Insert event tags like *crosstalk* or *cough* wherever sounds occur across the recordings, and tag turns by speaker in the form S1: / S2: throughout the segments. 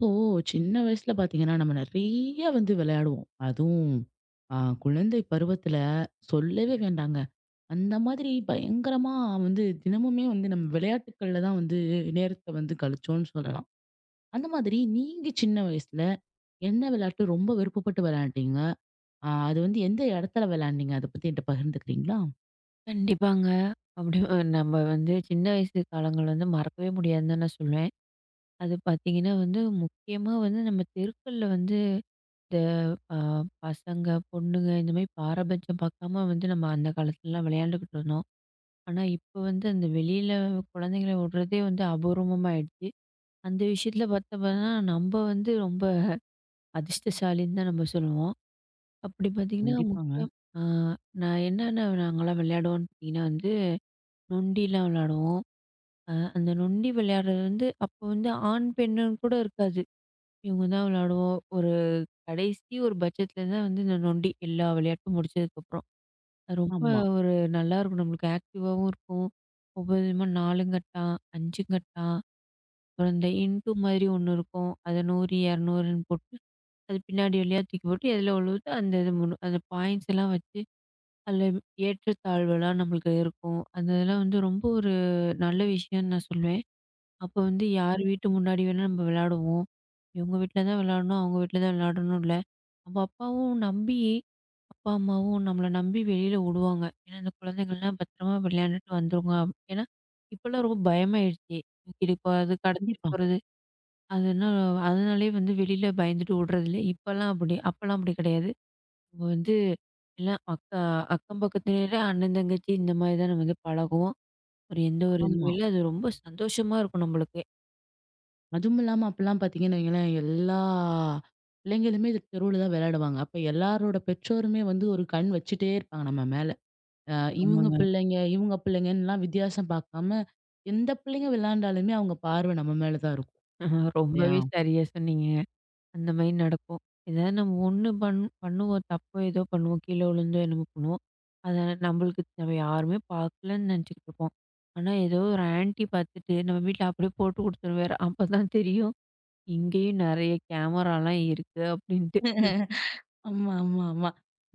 S1: இப்போ சின்ன வயசுல பாத்தீங்கன்னா, நம்ம நெறைய வந்து விளையாடுவோம். அதுவும் ஆ குழந்தை பருவத்துல சொல்லவே வேண்டாங்க. அந்த மாதிரி பயங்கரமா வந்து தினமுமே வந்து நம்ம விளையாட்டுக்கள்ல தான் வந்து நேரத்த வந்து கழிச்சோம்னு சொல்லலாம். அந்த மாதிரி நீங்க சின்ன வயசுல என்ன விளையாட்டு ரொம்ப விருப்பப்பட்டு விளையாண்டீங்க? அது வந்து எந்த இடத்துல விளையாண்டீங்க? அத பத்தி என்ட்ட பகிர்ந்துக்கிறீங்களா?
S2: கண்டிப்பாங்க. நம்ம வந்து சின்ன வயசு காலங்கள் வந்து மறக்கவே முடியாதுன்னு தான் நான் சொல்லுவேன். அது பார்த்தீங்கன்னா வந்து முக்கியமா வந்து நம்ம தெருக்கள்ல வந்து இந்த அ பசங்க, பொண்ணுங்க இந்த மாரி பாரபட்சம் பார்க்காம வந்து நம்ம அந்த காலத்துலலாம் விளையாண்டுக்கிட்டு இருந்தோம். ஆனா இப்ப வந்து அந்த வெளியில குழந்தைங்கள விடுறதே வந்து அபூர்வமா ஆயிடுச்சு. அந்த விஷயத்துல பார்த்தோம்னா நம்ம வந்து ரொம்ப அதிர்ஷ்டசாலின்னு தான் நம்ம சொல்லுவோம். அப்படி பார்த்தீங்கன்னா
S1: கண்டிப்பாங்க.
S2: முக்கியம். ஆ நான் என்னென்ன நாங்கலாம் விளையாடுவோம்ன்னு பார்த்தீங்கன்னா வந்து நொண்டிலாம் விளையாடுவோம். அந்த நொண்டி விளையாடுறது வந்து, அப்போ வந்து ஆண், பெண்ணுன்னு கூட இருக்காது. இவங்க தான் விளையாடுவோம். ஒரு கடைசி ஒரு பட்சத்துல தான் வந்து இந்த நொண்டி எல்லா விளையாட்டும் முடிச்சதுக்கப்புறம். அது ரொம்ப
S1: ஆமா.
S2: ஒரு நல்லாயிருக்கும். நம்மளுக்கு ஆக்டிவாவும் இருக்கும். ஒவ்வொரு விதமா 4 கட்டா, 5 கட்டா, அப்புறம் இந்த இன்ட்டு மாதிரி ஒண்ணு இருக்கும். அத 100, 200ன்னு போட்டு, அது பின்னாடி வழியா தூக்கி போட்டு, எதுல விழுவுதோ அந்த இது முழு அந்த பாயிண்ட்ஸ் எல்லாம் வச்சு, அதில ஏற்றத்தாழ்வுலாம் நம்மளுக்கு இருக்கும். அந்த இதெல்லாம் வந்து ரொம்ப ஒரு நல்ல விஷயம்ன்னு நான் சொல்லுவேன். அப்ப வந்து யார் வீட்டு முன்னாடி வேணா நம்ம விளையாடுவோம். இவங்க வீட்ல தான் விளையாடணும், அவங்க வீட்ல தான் விளையாடணும் இல்ல. நம்ம அப்பாவும் நம்பி அப்பா, அம்மாவும் நம்மள நம்பி வெளியில விடுவாங்க. ஏன்னா, இந்த குழந்தைங்கள்லாம் பத்திரமா விளையாண்டுட்டு வந்துருங்க. ஏன்னா, இப்பலாம் ரொம்ப பயமாயிடுச்சு. தூக்கிட்டு போறது, கடத்திட்டு
S1: கண்டிப்பா.
S2: போறது. அதுனா அதனாலேயே வந்து வெளியில பயந்துட்டு விடுறது இல்ல. இப்பலாம் அப்படி அப்பலாம் அப்படி கிடையாது. நம்ம வந்து எல்லாம் அக்கா அக்கம் பக்கத்திலேயே அண்ணன், தங்கச்சி இந்த மாதிரி தான் நம்ம வந்து பழகுவோம். ஒரு எந்த ஒரு இதுவும்
S1: ஆமா.
S2: இல்ல. அது ரொம்ப சந்தோஷமா இருக்கும் நம்மளுக்கே.
S1: அதுவும் இல்லாம அப்பலாம் பார்த்தீங்கன்னு வைங்களேன், எல்லா பிள்ளைங்களுமே தெருவுல தான் விளையாடுவாங்க. அப்ப எல்லாரோட பெற்றோருமே வந்து ஒரு கண் வச்சுட்டே இருப்பாங்க நம்ம மேல. அ இவங்க
S2: ஆமாங்க.
S1: பிள்ளைங்க, இவங்க பிள்ளைங்கன்லாம் வித்தியாசம் பார்க்காம, எந்த பிள்ளைங்க விளையாண்டாலுமே அவங்க பார்வை நம்ம மேல தான் இருக்கும்.
S2: ஆஹா,
S1: இல்லையா?
S2: ரொம்பவே சரியா சொன்னீங்க. அந்த மாரி நடக்கும். ஏதாவது நம்ம ஒண்ணு பண்ணுவோம், தப்போ ஏதோ பண்ணுவோம், கீழ விழுந்தோ என்னமோ பண்ணுவோம். அத நம்மளுக்கு நம்ம யாருமே பார்க்கலன்னு நெனச்சுக்கிட்டு இருப்போம். ஆனா ஏதோ ஒரு ஆன்டி பார்த்துட்டு நம்ம வீட்ல அப்படியே போட்டு குடுத்துரும் வேற. அப்பதான் தெரியும், இங்கேயும் நெறைய கேமராலாம் இருக்கு அப்படின்ட்டு.
S1: ஆமா, ஆமா, ஆமா.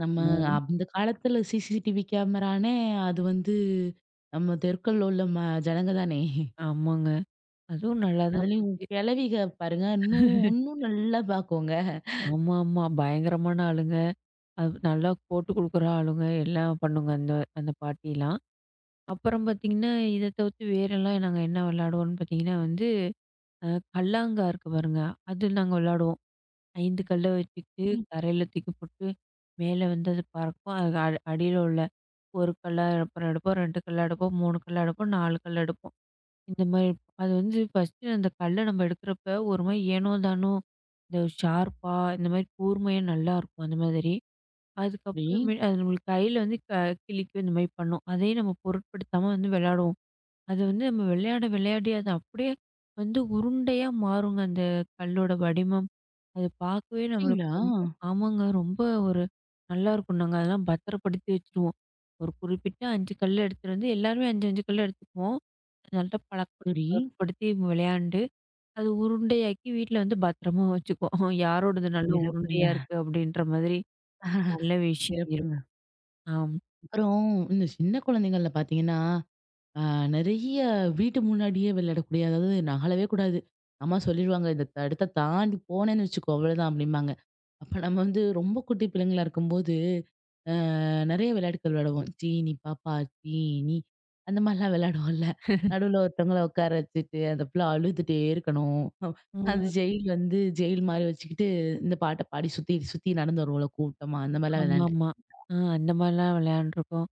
S1: நம்ம
S2: ம்.
S1: அந்த காலத்துல சிசிடிவி கேமரானே அது வந்து நம்ம தெருக்கள்ல உள்ள ஜனங்க தானே.
S2: ஆமாங்க. அதுவும் நல்லா தான்
S1: அதுலயும்
S2: போச்சு.
S1: கிழவிக பாருங்க, இன்னும் இன்னும் நல்லா பார்க்குங்க.
S2: ஆமா, ஆமா. பயங்கரமான ஆளுங்க. அது நல்லா போட்டு குடுக்குற ஆளுங்க, எல்லாம் பண்ணுங்க அந்த அந்த பாட்டிலாம். அப்புறம் பார்த்தீங்கன்னா, இத தவிர்த்து வேறெல்லாம் நாங்க என்ன விளையாடுவோம்ன்னு பார்த்தீங்கன்னா வந்து, அ கல்லாங்கா இருக்கு பாருங்க. அது நாங்க விளையாடுவோம். 5 கல்ல வச்சுக்கிட்டு
S1: ம்.
S2: தரையில தூக்கி போட்டு, மேல வந்து அது பறக்கும். அது அடியில உள்ள 1 கல்லா அப்புறம் எடுப்போம், 2 கல்லா எடுப்போம், 3 கல்லா எடுப்போம், 4 கல் எடுப்போம். இந்த மாரி அது வந்து ஃபர்ஸ்ட்டு அந்த கல்ல நம்ம எடுக்கிறப்ப, ஒரு மாரி ஏனோ தானோ, இந்த ஷார்ப்பா இந்த மாரி கூர்மையா நல்லாயிருக்கும் அந்த மாதிரி.
S1: அப்டி?
S2: அதுக்கப்புறமே அது நம்மளுக்கு கையில வந்து கிழிக்கும் இந்த மாரி பண்ணும். அதையும் நம்ம பொருட்படுத்தாம வந்து விளையாடுவோம். அது வந்து நம்ம விளையாட விளையாடி அது அப்படியே வந்து உருண்டையா மாறுங்க அந்த கல்லோட வடிவம். அது பார்க்கவே நம்மளுக்கு
S1: அப்டிங்களா?
S2: ரொம்ப ஆமாங்க. ரொம்ப ஒரு நல்லா இருக்கும். நாங்க அதெல்லாம் பத்திரப்படுத்தி வச்சுருவோம். ஒரு குறிப்பிட்ட 5 கல் எடுத்துட்டு வந்து எல்லாருமே 5, 5 கல் எடுத்துக்குவோம். அது நல்லா பழக்கப்படுத்தி
S1: சரி.
S2: பழக்கப்படுத்தி விளையாண்டு, அது உருண்டையாக்கி வீட்ல வந்து பத்திரமா வச்சுக்குவோம். *laughs* யாரோடது நல்ல உருண்டையா
S1: சிறப்புங்க.
S2: இருக்கு அப்படின்ற மாதிரி நல்ல விஷயம்
S1: சிறப்புங்க.
S2: இருக்கும். ஆம்.
S1: அப்புறம் இந்த சின்ன குழந்தைங்கள்ல பாத்தீங்கன்னா, அ நெறைய வீட்டு முன்னாடியே விளையாடக்கூடிய அதாவது நகலவே கூடாது. அம்மா சொல்லிருவாங்க, "இந்த தடத்த தாண்டி போனேன்னு வச்சுக்கோ, அவ்வளதான்" அப்டிம்பாங்க. அப்ப நம்ம வந்து ரொம்ப குட்டி பிள்ளைங்களா இருக்கும்போது, அ நெறைய விளையாட்டுகள் விளையாடுவோம். சீனி, பாப்பா, சீனி அந்த மாரிலாம் விளையாடுவோம்ல. நடுவுல ஒருத்தவங்கள உட்கார வச்சுட்டு, அந்த புள்ள அழுதுட்டே இருக்கணும். அந்த
S2: ம்.
S1: ஜெயில் வந்து ஜெயில் மாரி வச்சுக்கிட்டு, இந்த பாட்ட பாடி சுத்தி சுத்தி நடந்து வருவோம்ல கூட்டமா, அந்த மாரிலாம் விளையாண்டுருக்கேன்.
S2: ஆமாமா. அந்த மாரிலாம் விளையாண்டுருக்கோம்.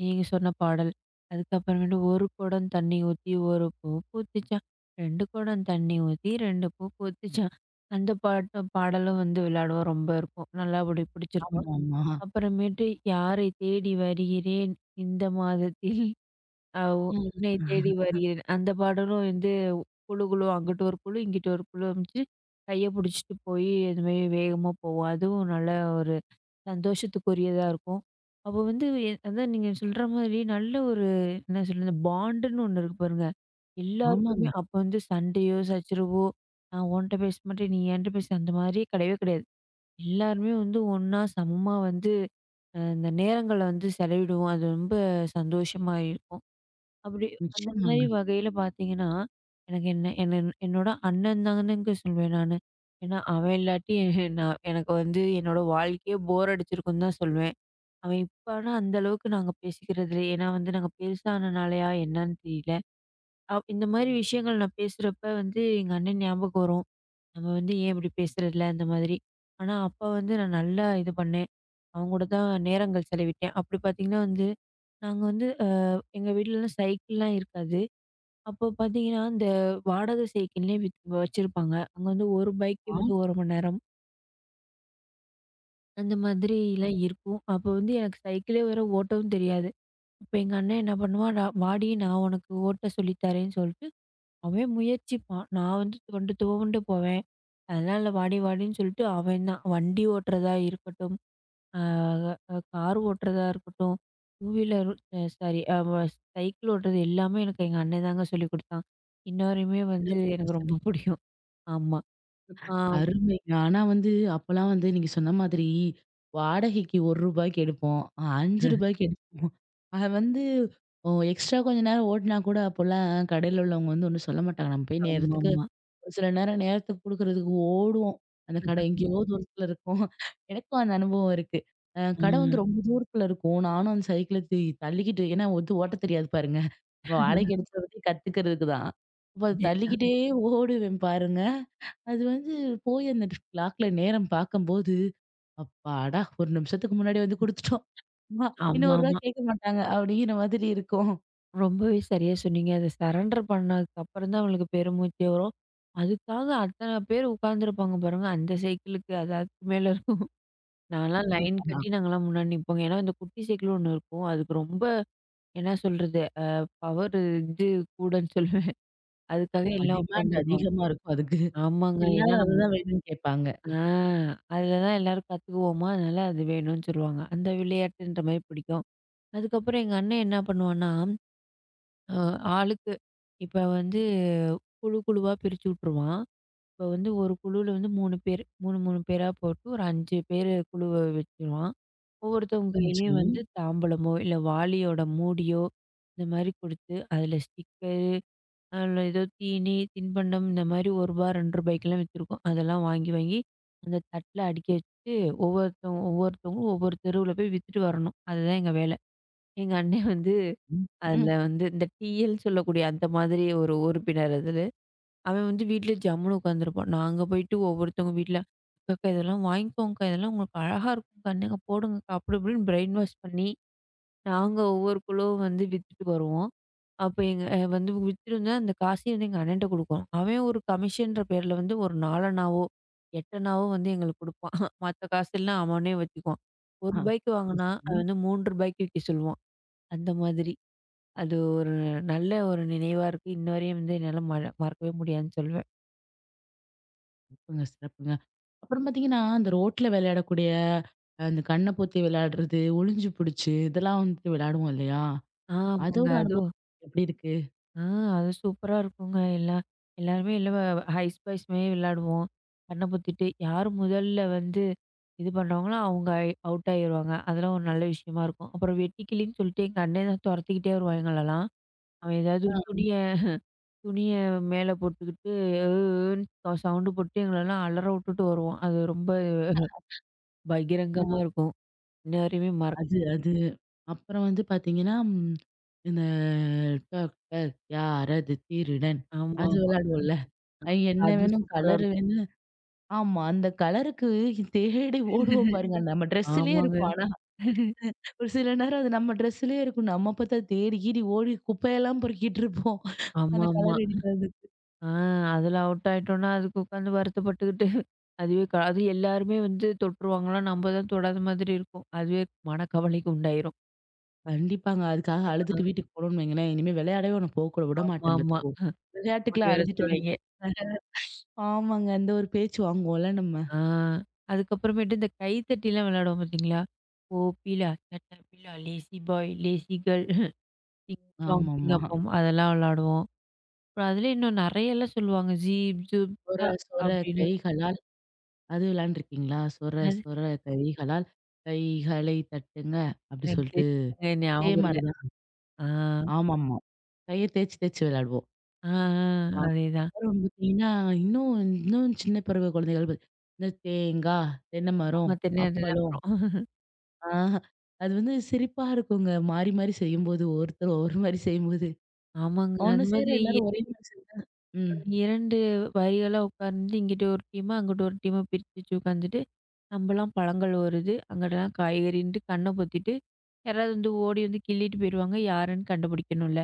S2: நீங்க சொன்ன பாடல். அதுக்கப்புறமேட்டு 1 குடம் தண்ணி ஊத்தி 1 பூ பூத்துச்சாம். 2 குடம் தண்ணி ஊத்தி 2 பூ பூத்துச்சாம். அந்த பாட்டு பாடலும் வந்து விளையாடுவோம். ரொம்ப இருக்கும். நல்லா அப்படி பிடிச்சிருக்கும்.
S1: ஆமாமா.
S2: அப்புறமேட்டு யாரை தேடி வருகிறேன் இந்த மாதத்தில். அ உ
S1: ம்.
S2: "உன்னை தேடி வருகிறேன்." அந்த பாடலும் வந்து குழு குழு அங்கிட்டு ஒரு குழு, இங்கிட்டு ஒரு குழு அமிச்சு கைய புடிச்சிட்டு போய் இது மாரி வேகமா போவோம். அதுவும் நல்ல ஒரு சந்தோஷத்துக்குரியதா இருக்கும். அப்போ வந்து அதான் நீங்க சொல்ற மாதிரி நல்ல ஒரு என்ன சொல்றது இந்த பாண்டுன்னு ஒண்ணு இருக்கு பாருங்க. ம். எல்லாருக்குமே
S1: ஆமாங்க.
S2: அப்போ வந்து சண்டையோ, சச்சரவோ, நான் உன்ட்ட பேச மாட்டேன், நீ என்ட்ட பேசு அந்த மாரி கிடையவே கிடையாது. எல்லாருமே வந்து ஒண்ணா சமமா வந்து இந்த நேரங்கள வந்து செலவிடுவோம். அது ரொம்ப சந்தோஷமா இருக்கும். அப்படி அந்த மாரி
S1: நிச்சயமாங்க.
S2: வகையில பார்த்தீங்கன்னா, எனக்கு என்ன என்ன என்னோட அண்ணன் தானுங்க சொல்வேன் நானு. ஏன்னா, அவன் இல்லாட்டி நான் எனக்கு வந்து என்னோட வாழ்க்கையே போர் அடிச்சிருக்குன்னு தான் சொல்வேன். அவன் இப்ப ஆனா அந்த அளவுக்கு நாங்க பேசிக்கிறது இல்ல. ஏன்னா வந்து நாங்க பெருசானனாலயா என்னன்னு தெரியல. இந்த மாரி விஷயங்கள் நான் பேசுறப்ப வந்து எங்க அண்ணன் ஞாபகம் வரும். நம்ம வந்து ஏன் இப்படி பேசுறதில்ல அந்த மாதிரி. ஆனா அப்ப வந்து நான் நல்லா இது பண்ணேன். அவங்க கூட தான் நேரங்கள் செலவிட்டேன். அப்படி பார்த்தீங்கன்னா வந்து, நாங்க வந்து எங்க வீட்லலாம் சைக்கிள்லாம் இருக்காது. அப்போ பார்த்தீங்கன்னா, இந்த வாடகை சைக்கிள்னே வச்சிருப்பாங்க. அங்க வந்து 1 பைக்கு
S1: ஆ
S2: வந்து 1 மணி நேரம். அந்த மாதிரிலாம் இருக்கும். அப்ப வந்து எனக்கு சைக்கிளே வேற ஓட்டவும் தெரியாது. அப்ப எங்க அண்ணன் என்ன பண்ணுவான், "டா வாடி நான் உனக்கு ஓட்ட சொல்லி தரேன்னு" சொல்லிட்டு, அவன் முயற்சிப்பான். நான் வந்து தொண்டு துவண்டு போவேன். அதெல்லாம் இல்ல வாடி வாடின்னு சொல்லிட்டு அவன் தான். வண்டி ஓட்டுறதா இருக்கட்டும், அ அ கார் ஓட்டுறதா இருக்கட்டும், டூ வீலர் அ சாரி அ வ சைக்கிள் ஓட்டுறது எல்லாமே எனக்கு எங்க அண்ணன் தாங்க சொல்லிக் குடுத்தான். இன்ன வரையுமே வந்து
S1: சிறப்புங்க.
S2: எனக்கு ரொம்ப
S1: சிறப்பு.
S2: பிடிக்கும். ஆமா. ஆ.
S1: அருமைங்க. ஆனா வந்து, அப்பலாம் வந்து நீங்க சொன்ன மாதிரி, வாடகைக்கு ரூ. 1க்கு எடுப்போம். ரூ. 5க்கு எடுப்போம். அது வந்து ஓ எக்ஸ்ட்ரா கொஞ்ச நேரம் ஓட்டுனா கூட அப்போலாம் கடையில உள்ளவங்க வந்து ஒண்ணும் சொல்ல மாட்டாங்க. நம்ம போய் நேரத்துக்கு
S2: ஆமாமா.
S1: ஒரு சில நேரம் நேரத்துக்கு குடுக்குறதுக்கு ஓடுவோம். அந்த கடை எங்கேயோ தூரத்துல இருக்கும். எனக்கும் அந்த அனுபவம் இருக்கு. கடை
S2: ம்.
S1: வந்து ரொம்ப தூரத்துல இருக்கும். நானும் அந்த சைக்கிள தள்ளிக்கிட்டு ஏன்னா வந்து ஓட்ட தெரியாது பாருங்க. வாடகைக்கு எடுத்து கத்துக்கிறதுக்கு தான். அப்ப அத
S2: அதேதான்.
S1: தள்ளிக்கிட்டே ஓடுவேன் பாருங்க. அது வந்து போய் அந்த கிளாக்ல நேரம் பார்க்கும்போது, அப்பாடா! ஒரு நிமிஷத்துக்கு முன்னாடி வந்து குடுத்துட்டோம். அம்மா இன்னும் ரூ.
S2: ஆமாமா.
S1: 1 கேட்க மாட்டாங்க அப்படிங்கிற மாதிரி இருக்கும்.
S2: ரொம்பவே சரியா சொன்னீங்க. அத சரண்டர் பண்ணதுக்கு அப்புறம் தான் அவங்களுக்கு பெருமூச்சே வரும். அதுக்காக அத்தன பேர் உட்கார்ந்துருப்பாங்க பாருங்க. அந்த சைக்கிளுக்கு அது அதுக்கு மேல இருக்கும். நான்லாம் லைன் கட்டி நாங்கலாம் முன்னாடி நிப்போங்க. ஏன்னா, இந்த குட்டி சைக்கிள் ஒண்ணு இருக்கும். அதுக்கு ரொம்ப என்ன சொல்றது? பவர் இது கூடன்னு சொல்லுவேன். அதுக்காக எல்லாம்
S1: டிமாண்ட்
S2: உட்கார்ந்துருப்பாங்க.
S1: அதிகமா இருக்கும் அதுக்கு.
S2: ஆமாங்க. ஏன்னா
S1: எல்லாரும்
S2: நம்ம
S1: அதுதான் வேணும்னு கேட்பாங்க.
S2: ஆ. அதுல தான் எல்லாரும் கத்துக்குவோமா, அதனால அது வேணும்னு சொல்லுவாங்க. அந்த விளையாட்டுன்ற மாரி பிடிக்கும். அதுக்கப்புறம் எங்க அண்ணன் என்ன பண்ணுவான்னா, அ ஆளுக்கு இப்ப வந்து குழு குழுவா பிரிச்சு விட்டுருவான். இப்ப வந்து ஒரு குழுவுல வந்து 3 பேர் 3 பேரா போட்டு ஒரு 5 பேரு குழுவ வச்சுருவான். ஒவ்வொருத்தவங்க
S1: ம். சரி.
S2: கையிலயும் வந்து தாம்பூலமோ, இல்ல வாளியோட மூடியோ, இந்த மாரி குடுத்து, அதுல ஸ்டிக்கரு அதில ஏதோ தீனி, தின்பண்டம் இந்த மாரி ரூ. 1, ரூ. 2லாம் வித்திருக்கும். அதெல்லாம் வாங்கி, வாங்கி அந்த தட்ல அடுக்கி வச்சுட்டு, ஒவ்வொருத்தவங்க ஒவ்வொருத்தவங்களும் ஒவ்வொரு தெருவுல போய் வித்துட்டு வரணும். அதுதான் எங்க வேலை. எங்க அண்ணன் வந்து
S1: ம்.
S2: அதில
S1: ம்.
S2: வந்து இந்த டீயல்ன்னு சொல்லக்கூடிய அந்த மாதிரி ஒரு உறுப்பினர் அதில. அவன் வந்து வீட்ல ஜம்முனு உட்காந்துருப்பான். நாங்க போயிட்டு ஒவ்வொருத்தவங்க வீட்ல, "அக்காக்கா இதெல்லாம் வாங்கிக்கோங்கக்கா, இதெல்லாம் உங்களுக்கு அழகா இருக்கும்க்கா, இந்தாங்க போடுங்கக்கா" அப்படி இப்படின்னு பிரெயின் வாஷ் பண்ணி நாங்க ஒவ்வொரு கிலோவும் வந்து வித்துட்டு வருவோம். அப்ப எங்க வந்து வித்துருந்தா அந்த காசையும் வந்து எங்க அண்ணன்ட்ட குடுக்குறோம். அவன் ஒரு கமிஷன்ற பேர்ல வந்து ஒரு 4 அணாவோ, 8 அணாவோ வந்து எங்களுக்கு குடுப்பான். மத்த காசெல்லாம் *laughs* அவனே வச்சுக்குவான். ரூ.
S1: ஆ.
S2: 1க்கு
S1: சரி,
S2: வாங்குனா, அது
S1: சரி.
S2: வந்து ரூ. 3க்கு விக்க சொல்லுவான். அந்த மாதிரி. அது ஒரு நல்ல ஒரு நினைவா இருக்கு. இன்ன வரையும் வந்து என்னால மறக்கவே முடியாதுன்னு சொல்வேன்.
S1: சிறப்புங்க, சிறப்புங்க. அப்புறம் பார்த்தீங்கன்னா, அந்த ரோட்ல விளையாடக்கூடிய அந்த கண்ண பொத்தி விளையாடுறது, ஒளிஞ்சு புடிச்சு இதெல்லாம் வந்துட்டு விளையாடுவோம் இல்லையா?
S2: ஆமாங்க.
S1: அதோட
S2: அது
S1: அனுபவம் எப்படி இருக்கு?
S2: ஆ, அது சூப்பரா இருக்குங்க. எல்லா எல்லாருமே இல்ல ஹைஸ் பைஸ் மாரி விளையாடுவோம். கண்ண பொத்திட்டு யார் முதல்ல வந்து இது பண்றாங்களோ, அவங்க அவுட் ஆயிருவாங்க. அதெல்லாம் ஒரு நல்ல விஷயமா இருக்கும். அப்புறம் வெட்டுக்கிளின்னு சொல்லிட்டு எங்க அண்ணன் தான் தொரத்திக்கிட்டே வருவான் எங்களெல்லாம். அவன் ஏதாவது துணிய துணிய மேல போட்டுக்கிட்டு "ஏ ஏன்னு" சவுண்டு போட்டு எங்களெல்லாம் அலற விட்டுட்டு வருவான். அது ரொம்ப பகிரங்கமா இருக்கும். இன்ன வரையுமே மறக்க
S1: அது
S2: முடியாது.
S1: அது. அப்புறம் வந்து பார்த்தீங்கன்னா, இந்த டாக்டர் யாரது திருடன்?
S2: ஆமா,
S1: அது
S2: ஆமா.
S1: விளையாடுவோம்ல. அது என்ன
S2: அது
S1: வேணும்,
S2: சூப்பரா
S1: கலர்
S2: இருக்கும்.
S1: வேணும். ஆமா. அந்த கலருக்கு தேடி ஓடுவோம் பாருங்க. நம்ம ட்ரெஸ்ஸுலயே
S2: ஆமாங்க.
S1: இருக்கும். ஆனா, ஒரு சில நேரம் அது நம்ம ட்ரெஸ்ஸுலயே இருக்கும். நம்ம பார்த்தா தேடி கீடி ஓடி குப்பையெல்லாம் பொறுக்கிட்டு இருப்போம். அந்த
S2: ஆமாமா.
S1: கலர் எடுக்கிறது.
S2: ஆ அதுல அவுட் ஆயிட்டோம்னா, அதுக்கு உட்காந்து வருத்தப்பட்டுக்கிட்டு, *laughs* அதுவே அது எல்லாருமே வந்து தொட்டுருவாங்களாம். நம்ம தான் தொடாத மாதிரி இருக்கும். அதுவே மனக்கவலைக்கு உண்டாயிரும்.
S1: கண்டிப்பாங்க. அதுக்காக
S2: அ
S1: அழுதுட்டு வீட்டுக்கு போனோம்னு வைங்களேன், இனிமே விளையாடவே உன்ன போக்கூட விட மாட்டேன்
S2: ஆமாமா.
S1: பார்த்துக்கோ.
S2: அப்படி
S1: விளையாட்டுக்குலாம்
S2: வேற
S1: அழுதுட்டு வந்து
S2: சொல்லுவாய்ங்க.
S1: ஆமாங்க. அந்த ஒரு பேச்சு வாங்குவோம்ல நம்ம.
S2: ஆ அதுக்கப்புறமேட்டு இந்த கை தட்டிலாம் விளையாடுவோம் பார்த்தீங்களா? ஓ பீலா, சட்டா பீலா, lazy boy, lazy girl, ding song ding
S1: ஆமாமா.
S2: அப்பம் *laughs* அதெல்லாம் விளையாடுவோம். அப்புறம் அதுல இன்னும் நெறையலாம் சொல்லுவாங்க. ஜீப் ஜூப்
S1: சொர
S2: ஜா
S1: சொர
S2: அப்படின்னு.
S1: கைகளால் அது விளையாண்டுருக்கீங்களா? சொர
S2: என்னது?
S1: சொர கைகளால் கைகளை தட்டுங்க அப்டி
S2: எனக்கு
S1: சொல்லிட்டு
S2: தெரியலங்க.
S1: இதே
S2: ஞாபகம் இல்ல.
S1: மாரி தான்.
S2: ஆ.
S1: ஆமாமா. கைய தேய்ச்சு தேய்ச்சு விளையாடுவோம்.
S2: ஆ, ஆ. அதேதான்.
S1: அப்புறம் பார்த்தீங்கன்னா, இன்னும் இன்னும் சின்ன பருவ குழந்தைகள் இந்த தேங்கா, தென்னை
S2: ஆமா.
S1: மரம்,
S2: தென்ன தென்ன
S1: அப்பளம்
S2: மரம்.
S1: ஆ அது வந்து சிரிப்பா இருக்குங்க. மாறி மாறி செய்யும்போது ஒருத்தர் ஒவ்வொரு மாரி செய்யும்போது,
S2: ஆமாங்க.
S1: ஒண்ணு
S2: அது
S1: சேர
S2: மாதிரி
S1: எல்லாரும் ஒரே மாரி செஞ்சா ம்.
S2: 2 வரிகளா உட்கார்ந்து இங்கிட்டு ஒரு டீமா, அங்கிட்டு ஒரு டீமா பிரிச்சு வச்சு உட்காந்துட்டு, நம்பலாம் பழங்கள் வருது, அங்கிட்டலாம் காய்கறின்ட்டு கண்ண பொத்திட்டு, யாராவது வந்து ஓடி வந்து கிள்ளிட்டு போயிருவாங்க. யாருன்னு கண்டுபிடிக்கணும்ல.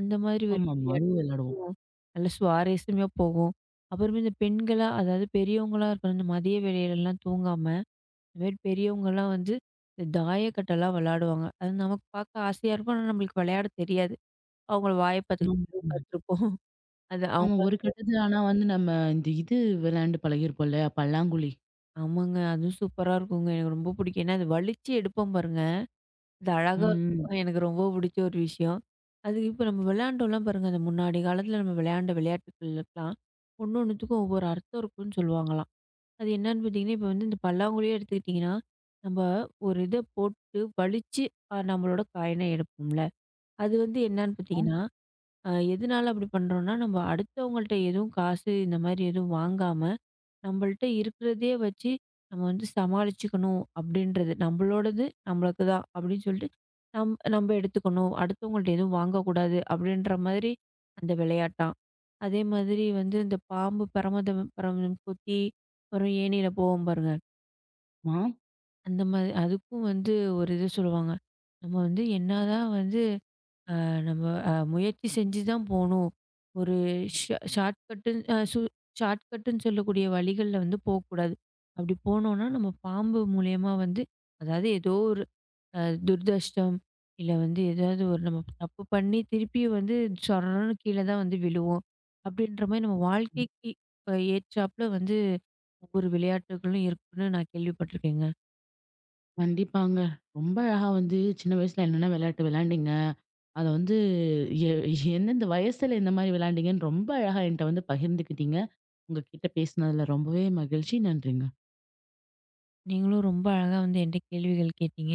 S2: அந்த மாதிரி ஒரு
S1: ஆமாமா.
S2: விளையாட்டு
S1: அதுவும் விளையாடுவோம்.
S2: அதுவும் நல்ல சுவாரஸ்யமா போகும். அப்புறமே இந்த பெண்களா, அதாவது பெரியவங்களா இருக்கிற இந்த மதிய வேளையிலலாம் தூங்காம, இந்த மாரி பெரியவங்கலாம் வந்து இந்த தாயக்கட்டலாம் விளையாடுவாங்க. அது நமக்கு பார்க்க ஆசையா இருக்கும். ஆனா நம்மளுக்கு விளையாட தெரியாது. அவங்கள வாய பார்த்துக்கிட்டே
S1: ஆமா.
S2: உட்காந்துருப்போம். அது
S1: ஆமா.
S2: அவங்க
S1: ஒரு கட்டத்துல ஆனா வந்து நம்ம இந்த இது விளையாண்டு பழகியிருப்போம்ல, பல்லாங்குழி.
S2: ஆமாங்க. அதுவும் சூப்பரா இருக்குங்க. எனக்கு ரொம்ப பிடிக்கும். ஏன்னா அது வலிச்சு எடுப்போம் பாருங்க. அது அழகா
S1: ம்.
S2: இருக்கும். எனக்கு ரொம்ப பிடிச்ச ஒரு விஷயம். அது இப்ப நம்ம விளையாண்டோம்லாம் பாருங்க, அந்த முன்னாடி காலத்துல நம்ம விளையாண்ட விளையாட்டுகளுக்கெல்லாம், ஒண்ணு ஒண்ணுத்துக்கும் ஒவ்வொரு அர்த்தம் இருக்குன்னு சொல்லுவாங்களாம். அது என்னன்னு பார்த்தீங்கன்னா, இப்ப வந்து இந்த பல்லாங்குழியே எடுத்துக்கிட்டிங்கன்னா, நம்ம ஒரு இத போட்டு வலிச்சு நம்மளோட காயின எடுப்போம்ல. அது வந்து என்னன்னு பார்த்தீங்கன்னா, எதனால அப்படி பண்றோம்னா, நம்ம அடுத்தவங்கள்ட்ட எதுவும் காசு இந்த மாரி எதுவும் வாங்காம நம்மள்ட்ட இருக்கிறதையே வச்சு நம்ம வந்து சமாளிச்சுக்கணும் அப்படின்றது. நம்மளோடது நம்மளுக்கு தான் அப்படின்னு சொல்லிட்டு, நம்ம எடுத்துக்கணும். அடுத்தவங்கள்ட்ட எதுவும் வாங்கக்கூடாது அப்படின்ற மாதிரி அந்த விளையாட்டாம். அதே மாதிரி வந்து இந்த பாம்பு பிரமதம் பிரமதம் குத்தி அப்புறம் ஏணியில போவோம் பாருங்க.
S1: ஆமா.
S2: அந்த மாதிரி அதுக்கும் வந்து ஒரு இது சொல்லுவாங்க. நம்ம வந்து என்னதான் வந்து நம்ம முயற்சி செஞ்சு தான் போணும். ஒரு ஷார்ட்கட்டுன்னு அ சு ஷார்ட்கட்டுன்னு சொல்லக்கூடிய வழிகள்ல வந்து போக்கூடாது. அப்படி போனோம்னா, நம்ம பாம்பு மூலியமா வந்து அதாவது ஏதோ ஒரு அ துர்தஷ்டம், இல்ல வந்து ஏதாவது ஒரு நம்ம தப்பு பண்ணி திருப்பியும் வந்து சொரன்னு கீழ தான் வந்து விழுவோம். அப்படின்ற மாரி நம்ம வாழ்க்கைக்கு ஏற்றாப்புல வந்து ஒவ்வொரு விளையாட்டுகளும் இருக்குன்னு நான் கேள்விப்பட்டுருக்கேங்க.
S1: கண்டிப்பாங்க. ரொம்ப அழகா வந்து சின்ன வயசுல என்னென்ன விளையாட்டு விளையாண்டீங்க? அத வந்து எ எந்தெந்த வயசுல இந்த மாரி விளையாண்டீங்கன்னு ரொம்ப அழகா என்ட்ட வந்து பகிர்ந்துக்கிட்டீங்க. உங்ககிட்ட பேசினதுல ரொம்பவே மகிழ்ச்சி. நன்றிங்க.
S2: நீங்களும் ரொம்ப அழகா வந்து என்ட்ட கேள்விகள் கேட்டீங்க.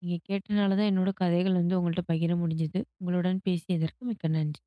S2: நீங்க கேட்டனால தான் என்னோட கதைகள் வந்து உங்கள்ட்ட பகிர முடிஞ்சது. உங்களுடன் பேசியதற்கு மிக்க நன்றி.